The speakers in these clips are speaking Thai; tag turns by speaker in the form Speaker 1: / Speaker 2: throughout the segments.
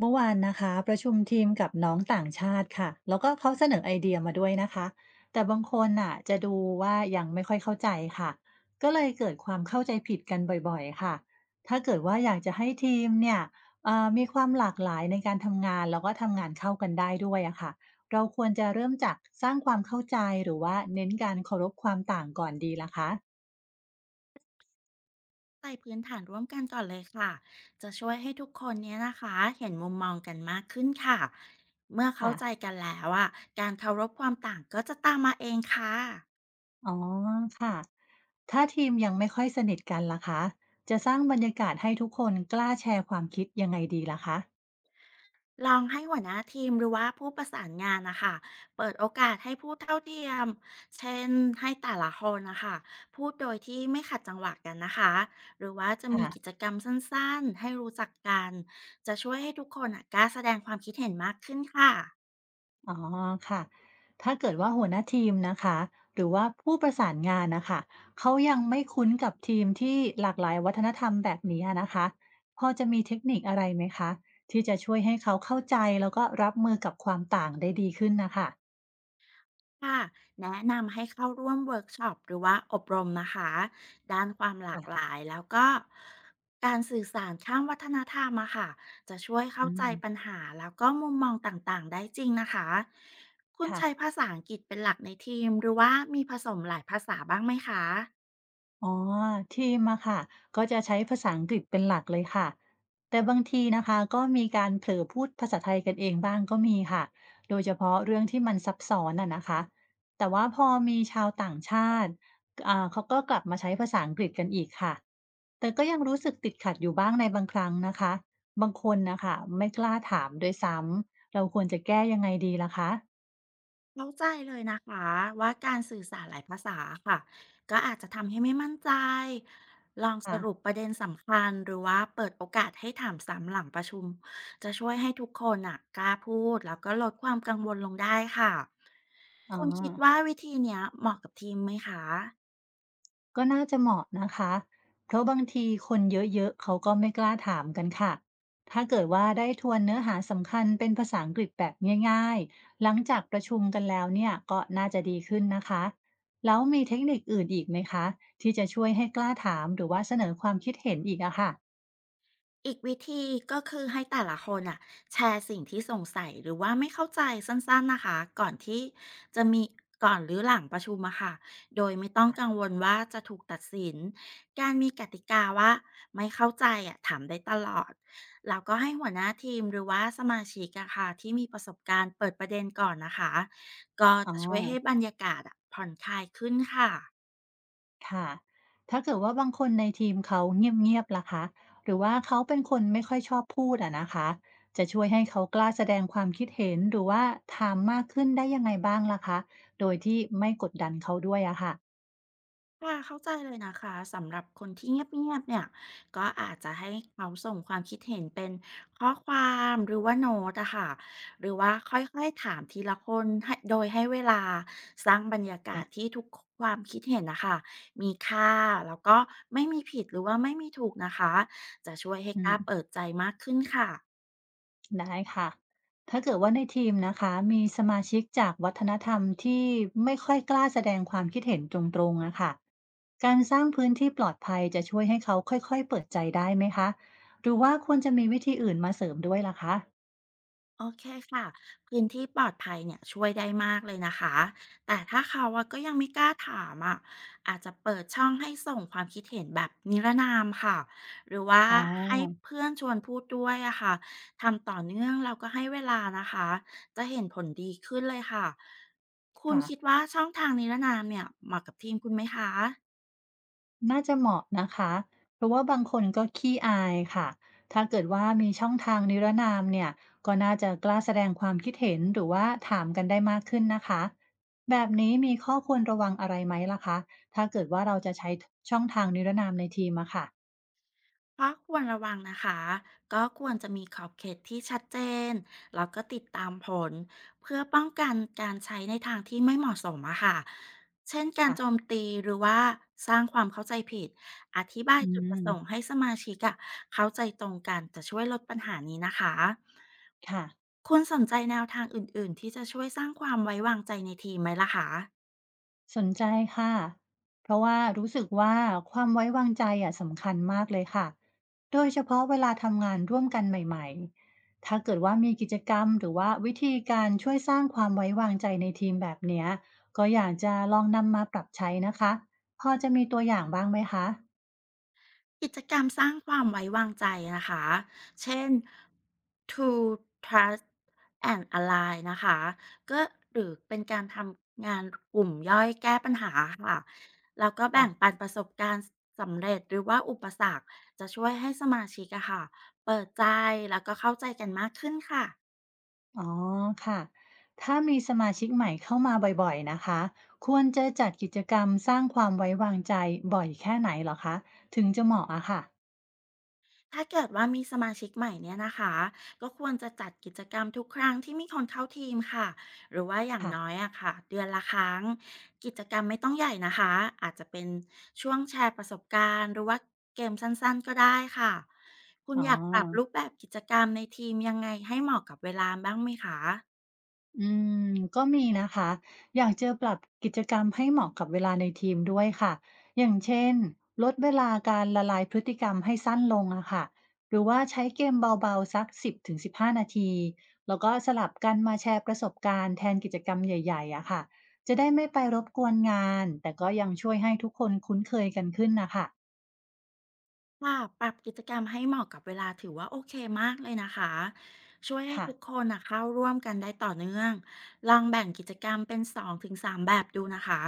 Speaker 1: เมื่อวานนะคะประชุมทีมกับน้องต่างชาติค่ะแล้วก็เขาเสนอไอเดียมาด้วยนะคะแต่บางคนน่ะจะดูว่ายังไม่ค่อยเข้าใจค่ะก็เลยเกิดความเข้าใจผิดกันบ่อยๆค่ะถ้าเกิดว่าอยากจะให้ทีมเนี่ยมีความหลากหลายในการทำงานแล้วก็ทำงานเข้ากันได้ด้วยอะค่ะเราควรจะเริ่มจากสร้างความเข้าใจหรือว่าเน้นการเคารพความต่างก่อนดีล่ะคะ
Speaker 2: ใส่พื้นฐานร่วมกันก่อนเลยค่ะ จะช่วยให้ทุกคนเนี้ยนะคะเห็นมุมมองกันมากขึ้นค่ะ เมื่อเข้า
Speaker 1: ค่ะ
Speaker 2: ใจกันแล้วอ่ะการเคารพความต่างก็จะตามมาเองค่ะ
Speaker 1: อ๋อค่ะ ถ้าทีมยังไม่ค่อยสนิทกันล่ะคะจะสร้างบรรยากาศให้ทุกคนกล้าแชร์ความคิดยังไงดีล่ะคะ
Speaker 2: ลองให้หัวหน้าทีมหรือว่าผู้ประสานงานนะคะเปิดโอกาสให้พูดเท่าเทียม เช่นให้แต่ละคนนะคะพูดโดยที่ไม่ขัดจังหวะกันนะคะหรือว่าจะมีกิจ
Speaker 1: ค่ะ
Speaker 2: กรรมสั้นๆให้รู้จักกันจะช่วยให้ทุกคนอะกล้าแสดงความคิดเห็นมากขึ้นค่ะ
Speaker 1: อ๋อค่ะถ้าเกิดว่าหัวหน้าทีมนะคะหรือว่าผู้ประสานงานนะคะเขายังไม่คุ้นกับทีมที่หลากหลายวัฒนธรรมแบบนี้นะคะพอจะมีเทคนิคอะไรไหมคะที่จะช่วยให้เขาเข้าใจแล้วก็รับมือกับความต่างได้ดีขึ้นนะคะ
Speaker 2: ค่ะแนะนำให้เข้าร่วมเวิร์กช็อปหรือว่าอบรมนะคะด้านความหลาก
Speaker 1: ค่ะ
Speaker 2: หลายแล้วก็การสื่อสารข้ามวัฒนธรรมอะค่ะจะช่วยเข้า
Speaker 1: อื
Speaker 2: ใจ
Speaker 1: ม
Speaker 2: ปัญหาแล้วก็มุมมองต่างๆได้จริงนะคะคุณ
Speaker 1: ค่ะ
Speaker 2: ใช้ภาษาอังกฤษเป็นหลักในทีมหรือว่ามีผสมหลายภาษาบ้างไหมคะ
Speaker 1: อ๋อทีมอะค่ะก็จะใช้ภาษาอังกฤษเป็นหลักเลยค่ะแต่บางทีนะคะก็มีการเผลอพูดภาษาไทยกันเองบ้างก็มีค่ะโดยเฉพาะเรื่องที่มันซับซ้อนอะนะคะแต่ว่าพอมีชาวต่างชาติเขาก็กลับมาใช้ภาษาอังกฤษกันอีกค่ะแต่ก็ยังรู้สึกติดขัดอยู่บ้างในบางครั้งนะคะบางคนนะคะไม่กล้าถามด้วยซ้ำเราควรจะแก้ยังไงดีล่ะคะ
Speaker 2: เข้าใจเลยนะคะว่าการสื่อสารหลายภาษาค่ะก็อาจจะทำให้ไม่มั่นใจลองส
Speaker 1: ค่ะ
Speaker 2: รุปประเด็นสำคัญหรือว่าเปิดโอกาสให้ถามซ้ำหลังประชุมจะช่วยให้ทุกคนอ่ะกล้าพูดแล้วก็ลดความกังวลลงได้ค่ะ
Speaker 1: อ๋อ
Speaker 2: คุณคิดว่าวิธีเนี้ยเหมาะกับทีมไหมคะ
Speaker 1: ก็น่าจะเหมาะนะคะ เพราะบางทีคนเยอะๆเขาก็ไม่กล้าถามกันค่ะ ถ้าเกิดว่าได้ทวนเนื้อหาสำคัญเป็นภาษาอังกฤษแบบง่ายๆหลังจากประชุมกันแล้วเนี่ยก็น่าจะดีขึ้นนะคะ แล้วมีเทคนิคอื่นอีกไหมคะที่จะช่วยให้กล้าถามหรือว่าเสนอความคิดเห็นอีกอะค่ะ
Speaker 2: อีกวิธีก็คือให้แต่ละคนอ่ะแชร์สิ่งที่สงสัยหรือว่าไม่เข้าใจสั้นๆนะคะก่อนที่จะมีก่อนหรือหลังประชุมอะค่ะโดยไม่ต้องกังวลว่าจะถูกตัดสินการมีกติกาว่าไม่เข้าใจอะถามได้ตลอดแล้วก็ให้หัวหน้าทีมหรือว่าสมาชิกอะค่ะที่มีประสบการณ์เปิดประเด็นก่อนนะคะก็
Speaker 1: อ๋อ
Speaker 2: จะช่วยให้บรรยากาศอะผ่อนคลายขึ้นค่ะ
Speaker 1: ค่ะถ้าเกิดว่าบางคนในทีมเขาเงียบๆล่ะคะหรือว่าเขาเป็นคนไม่ค่อยชอบพูดอะนะคะจะช่วยให้เขากล้าแสดงความคิดเห็นหรือว่าถามมากขึ้นได้ยังไงบ้างล่ะคะโดยที่ไม่กดดันเขาด้วยอะค่ะ
Speaker 2: ค่ะเข้าใจเลยนะคะสำหรับคนที่เงียบๆเนี่ยก็อาจจะให้เขาส่งความคิดเห็นเป็นข้อความหรือว่าโน้ตอะค่ะหรือว่าค่อยๆถามทีละคนให้โดยให้เวลาสร้างบรรยากาศ
Speaker 1: อะ
Speaker 2: ที่ทุกความคิดเห็นนะคะมีค่าแล้วก็ไม่มีผิดหรือว่าไม่มีถูกนะคะจะช่วยให้
Speaker 1: อื
Speaker 2: กล้า
Speaker 1: ม
Speaker 2: เปิดใจมากขึ้นค่ะ
Speaker 1: ได้ค่ะ ถ้าเกิดว่าในทีมนะคะมีสมาชิกจากวัฒนธรรมที่ไม่ค่อยกล้าแสดงความคิดเห็นตรงๆนะคะการสร้างพื้นที่ปลอดภัยจะช่วยให้เขาค่อยๆ เปิดใจได้ไหมคะ หรือว่าควรจะมีวิธีอื่นมาเสริมด้วยล่ะคะ
Speaker 2: โอเคค่ะพื้นที่ปลอดภัยเนี่ยช่วยได้มากเลยนะคะแต่ถ้าเขาอะก็ยังไม่กล้าถามอะอาจจะเปิดช่องให้ส่งความคิดเห็นแบบนิรนามค่ะหรือว่า
Speaker 1: อ๋อ
Speaker 2: ให้เพื่อนชวนพูดด้วยอะค่ะทำต่อเนื่องเราก็ให้เวลานะคะจะเห็นผลดีขึ้นเลยค่ะคุณ
Speaker 1: ค่ะ
Speaker 2: คิดว่าช่องทางนิรนามเนี่ยเหมาะกับทีมคุณไหมคะ
Speaker 1: น่าจะเหมาะนะคะ เพราะว่าบางคนก็ขี้อายค่ะถ้าเกิดว่ามีช่องทางนิรนามเนี่ยก็น่าจะกล้าแสดงความคิดเห็นหรือว่าถามกันได้มากขึ้นนะคะ แบบนี้มีข้อควรระวังอะไรไหมล่ะคะถ้าเกิดว่าเราจะใช้ช่องทางนิรนามในทีมอะค่ะ
Speaker 2: ก็ควรระวังนะคะก็ควรจะมีขอบเขตที่ชัดเจนแล้วก็ติดตามผลเพื่อป้องกันการใช้ในทางที่ไม่เหมาะสมอะค่ะเช่นการโจม
Speaker 1: ค่ะ
Speaker 2: ตีหรือว่าสร้างความเข้าใจผิดอธิบาย
Speaker 1: อื
Speaker 2: จุดประ
Speaker 1: ม
Speaker 2: สงค์ให้สมาชิกอะเข้าใจตรงกันจะช่วยลดปัญหานี้นะคะ
Speaker 1: ค่ะ
Speaker 2: คุณสนใจแนวทางอื่นๆ ที่จะช่วยสร้างความไว้วางใจในทีมไหมล่ะคะ
Speaker 1: สนใจค่ะเพราะว่ารู้สึกว่าความไว้วางใจอะสำคัญมากเลยค่ะโดยเฉพาะเวลาทำงานร่วมกันใหม่ๆถ้าเกิดว่ามีกิจกรรมหรือว่าวิธีการช่วยสร้างความไว้วางใจในทีมแบบเนี้ยก็อยากจะลองนำมาปรับใช้นะคะพอจะมีตัวอย่างบ้างไหมคะ
Speaker 2: กิจกรรมสร้างความไว้วางใจนะคะ เช่น To Trust and Ally นะคะ ก็หรือเป็นการทำงานกลุ่มย่อยแก้ปัญหาค่ะ แล้วก็
Speaker 1: ค่ะ
Speaker 2: แบ่งปันประสบการณ์สำเร็จหรือว่าอุปสรรคจะช่วยให้สมาชิกอะค่ะเปิดใจแล้วก็เข้าใจกันมากขึ้นค่ะ
Speaker 1: อ๋อค่ะถ้ามีสมาชิกใหม่เข้ามาบ่อยๆนะคะควรจะจัดกิจกรรมสร้างความไว้วางใจบ่อยแค่ไหนเหรอคะถึงจะเหมาะอะค่ะ
Speaker 2: ถ้าเกิดว่ามีสมาชิกใหม่เนี่ยนะคะก็ควรจะจัดกิจกรรมทุกครั้งที่มีคนเข้าทีมค่ะหรือว่าอย่าง
Speaker 1: ค่ะ
Speaker 2: น้อยอะค่ะเดือนละครั้งกิจกรรมไม่ต้องใหญ่นะคะอาจจะเป็นช่วงแชร์ประสบการณ์หรือว่าเกมสั้นๆก็ได้ค่ะคุณ
Speaker 1: อ๋อ
Speaker 2: อยากปรับรูปแบบกิจกรรมในทีมยังไงให้เหมาะกับเวลาบ้างไหมคะ
Speaker 1: อืมก็มีนะคะอยากจะปรับกิจกรรมให้เหมาะกับเวลาในทีมด้วยค่ะ อย่างเช่น ลดเวลาการละลายพฤติกรรมให้สั้นลงอะค่ะหรือว่าใช้เกมเบาๆสัก10-15นาที แล้วก็สลับกันมาแชร์ประสบการณ์แทนกิจกรรมใหญ่ๆอะค่ะ จะได้ไม่ไปรบกวนงาน แต่ก็ยังช่วยให้ทุกคนคุ้นเคยกันขึ้นนะคะ
Speaker 2: ค่ะปรับกิจกรรมให้เหมาะกับเวลาถือว่าโอเคมากเลยนะคะช่วยให้
Speaker 1: ค่ะ
Speaker 2: ทุกคนนะเข้าร่วมกันได้ต่อเนื่องลองแบ่งกิจกรรมเป็น2ถึง3แบบดูนะคะ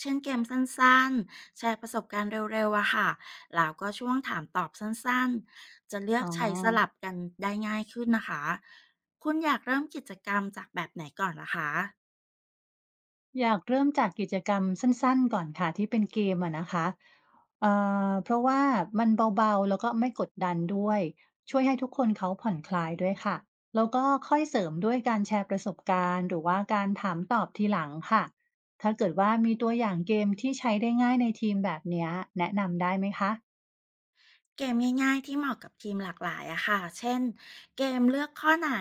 Speaker 2: เช่นเกมสั้นๆแชร์ประสบการณ์เร็วๆอะค่ะแล้วก็ช่วงถามตอบสั้นๆจะเลือก
Speaker 1: อ๋อ
Speaker 2: ใช้สลับกันได้ง่ายขึ้นนะคะคุณอยากเริ่มกิจกรรมจากแบบไหนก่อนล่ะคะ
Speaker 1: อยากเริ่มจากกิจกรรมสั้นๆก่อนค่ะที่เป็นเกมอะนะคะเอ่เพราะว่ามันเบาๆแล้วก็ไม่กดดันด้วยช่วยให้ทุกคนเขาผ่อนคลายด้วยค่ะแล้วก็ค่อยเสริมด้วยการแชร์ประสบการณ์หรือว่าการถามตอบทีหลังค่ะถ้าเกิดว่ามีตัวอย่างเกมที่ใช้ได้ง่ายในทีมแบบเนี้ยแนะนำได้ไหมคะ
Speaker 2: เกมง่ายๆที่เหมาะกับทีมหลากหลายอะค่ะเช่นเกมเลือกข้อไหน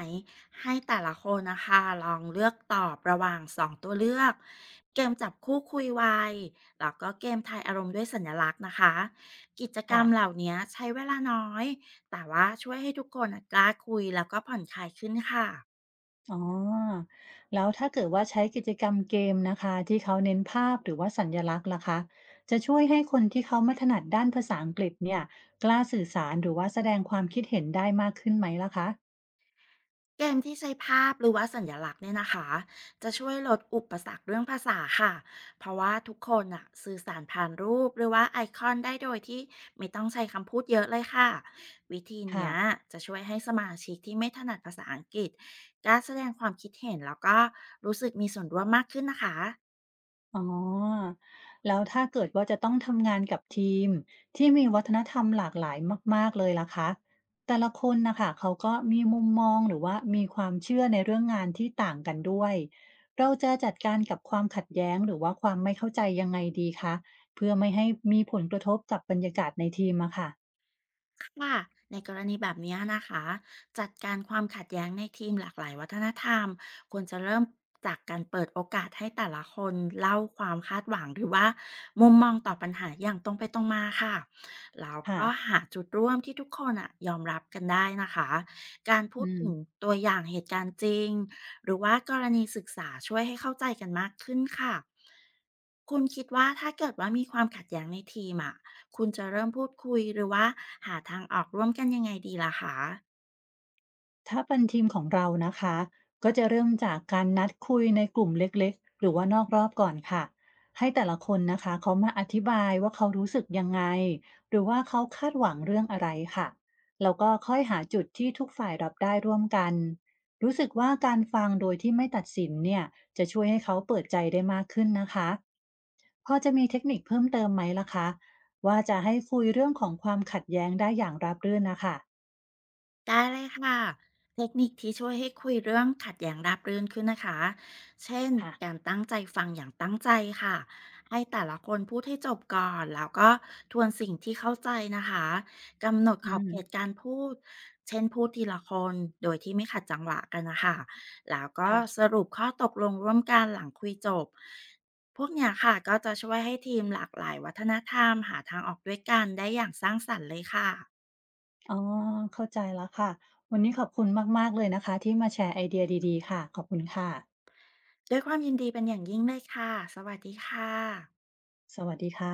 Speaker 2: ให้แต่ละคนนะคะลองเลือกตอบระหว่าง2ตัวเลือกเกมจับคู่คุยไวแล้วก็เกมทายอารมณ์ด้วยสัญลักษณ์นะคะกิจกรร
Speaker 1: ค่ะ
Speaker 2: มเหล่านี้ใช้เวลาน้อยแต่ว่าช่วยให้ทุกคนอะกล้าคุยแล้วก็ผ่อนคลายขึ้นค่ะ
Speaker 1: อ๋อ แล้วถ้าเกิดว่าใช้กิจกรรมเกมนะคะที่เขาเน้นภาพหรือว่าสัญลักษณ์ล่ะคะจะช่วยให้คนที่เขาไม่ถนัดด้านภาษาอังกฤษเนี่ยกล้าสื่อสารหรือว่าแสดงความคิดเห็นได้มากขึ้นไหมล่ะคะ
Speaker 2: เกมที่ใช้ภาพหรือว่าสัญลักษณ์เนี่ยนะคะจะช่วยลดอุปสรรคเรื่องภาษาค่ะเพราะว่าทุกคนอะสื่อสารผ่านรูปหรือว่าไอคอนได้โดยที่ไม่ต้องใช้คำพูดเยอะเลยค่ะวิธีเนี้
Speaker 1: ค่ะ
Speaker 2: ยจะช่วยให้สมาชิกที่ไม่ถนัดภาษาอังกฤษกล้าแสดงความคิดเห็นแล้วก็รู้สึกมีส่วนร่วมมากขึ้นนะคะ
Speaker 1: อ๋อแล้วถ้าเกิดว่าจะต้องทำงานกับทีมที่มีวัฒนธรรมหลากหลายมากๆเลยล่ะคะแต่ละคนนะคะเขาก็มีมุมมองหรือว่ามีความเชื่อในเรื่องงานที่ต่างกันด้วยเราจะจัดการกับความขัดแย้งหรือว่าความไม่เข้าใจยังไงดีคะเพื่อไม่ให้มีผลกระทบกับบรรยากาศในทีมอะค่ะ
Speaker 2: ค่ะในกรณีแบบนี้นะคะจัดการความขัดแย้งในทีมหลากหลายวัฒนธรรมควรจะเริ่มจากการเปิดโอกาสให้แต่ละคนเล่าความคาดหวังหรือว่ามุมมองต่อปัญหาอย่างตรงไปตรงมาค่ะแล้ว
Speaker 1: ค่ะ
Speaker 2: ก็หาจุดร่วมที่ทุกคนอะยอมรับกันได้นะคะการพูด
Speaker 1: อืม
Speaker 2: ถึงตัวอย่างเหตุการณ์จริงหรือว่ากรณีศึกษาช่วยให้เข้าใจกันมากขึ้นค่ะคุณคิดว่าถ้าเกิดว่ามีความขัดแย้งในทีมอะ คุณจะเริ่มพูดคุยหรือว่าหาทางออกร่วมกันยังไงดีล่ะคะ
Speaker 1: ถ้าเป็นทีมของเรานะคะก็จะเริ่มจากการนัดคุยในกลุ่มเล็กๆหรือว่านอกรอบก่อนค่ะให้แต่ละคนนะคะเขามาอธิบายว่าเขารู้สึกยังไงหรือว่าเขาคาดหวังเรื่องอะไรค่ะแล้วก็ค่อยหาจุดที่ทุกฝ่ายรับได้ร่วมกันรู้สึกว่าการฟังโดยที่ไม่ตัดสินเนี่ยจะช่วยให้เขาเปิดใจได้มากขึ้นนะคะพอจะมีเทคนิคเพิ่มเติมไหมล่ะคะว่าจะให้คุยเรื่องของความขัดแย้งได้อย่างราบรื่นนะคะ
Speaker 2: ได้เลยค่ะเทคนิคที่ช่วยให้คุยเรื่องขัดแย้งราบรื่นขึ้นนะคะเช่น
Speaker 1: ค่ะ
Speaker 2: การตั้งใจฟังอย่างตั้งใจค่ะให้แต่ละคนพูดให้จบก่อนแล้วก็ทวนสิ่งที่เข้าใจนะคะกำหนดข
Speaker 1: อื
Speaker 2: อบเข
Speaker 1: ม
Speaker 2: ตการพูดเช่นพูดทีละคนโดยที่ไม่ขัดจังหวะกันนะคะแล้วก็
Speaker 1: ค่ะ
Speaker 2: สรุปข้อตกลงร่วมกันหลังคุยจบพวกเนี้ยค่ะก็จะช่วยให้ทีมหลากหลายวัฒนธรรมหาทางออกด้วยกันได้อย่างสร้างสรรค์เลยค่ะ
Speaker 1: อ๋อเข้าใจแล้วค่ะวันนี้ขอบคุณมากๆเลยนะคะที่มาแชร์ไอเดียดีๆค่ะขอบคุณค่ะ
Speaker 2: ด้วยความยินดีเป็นอย่างยิ่งเลยค่ะสวัสดีค่ะ
Speaker 1: สวัสดีค่ะ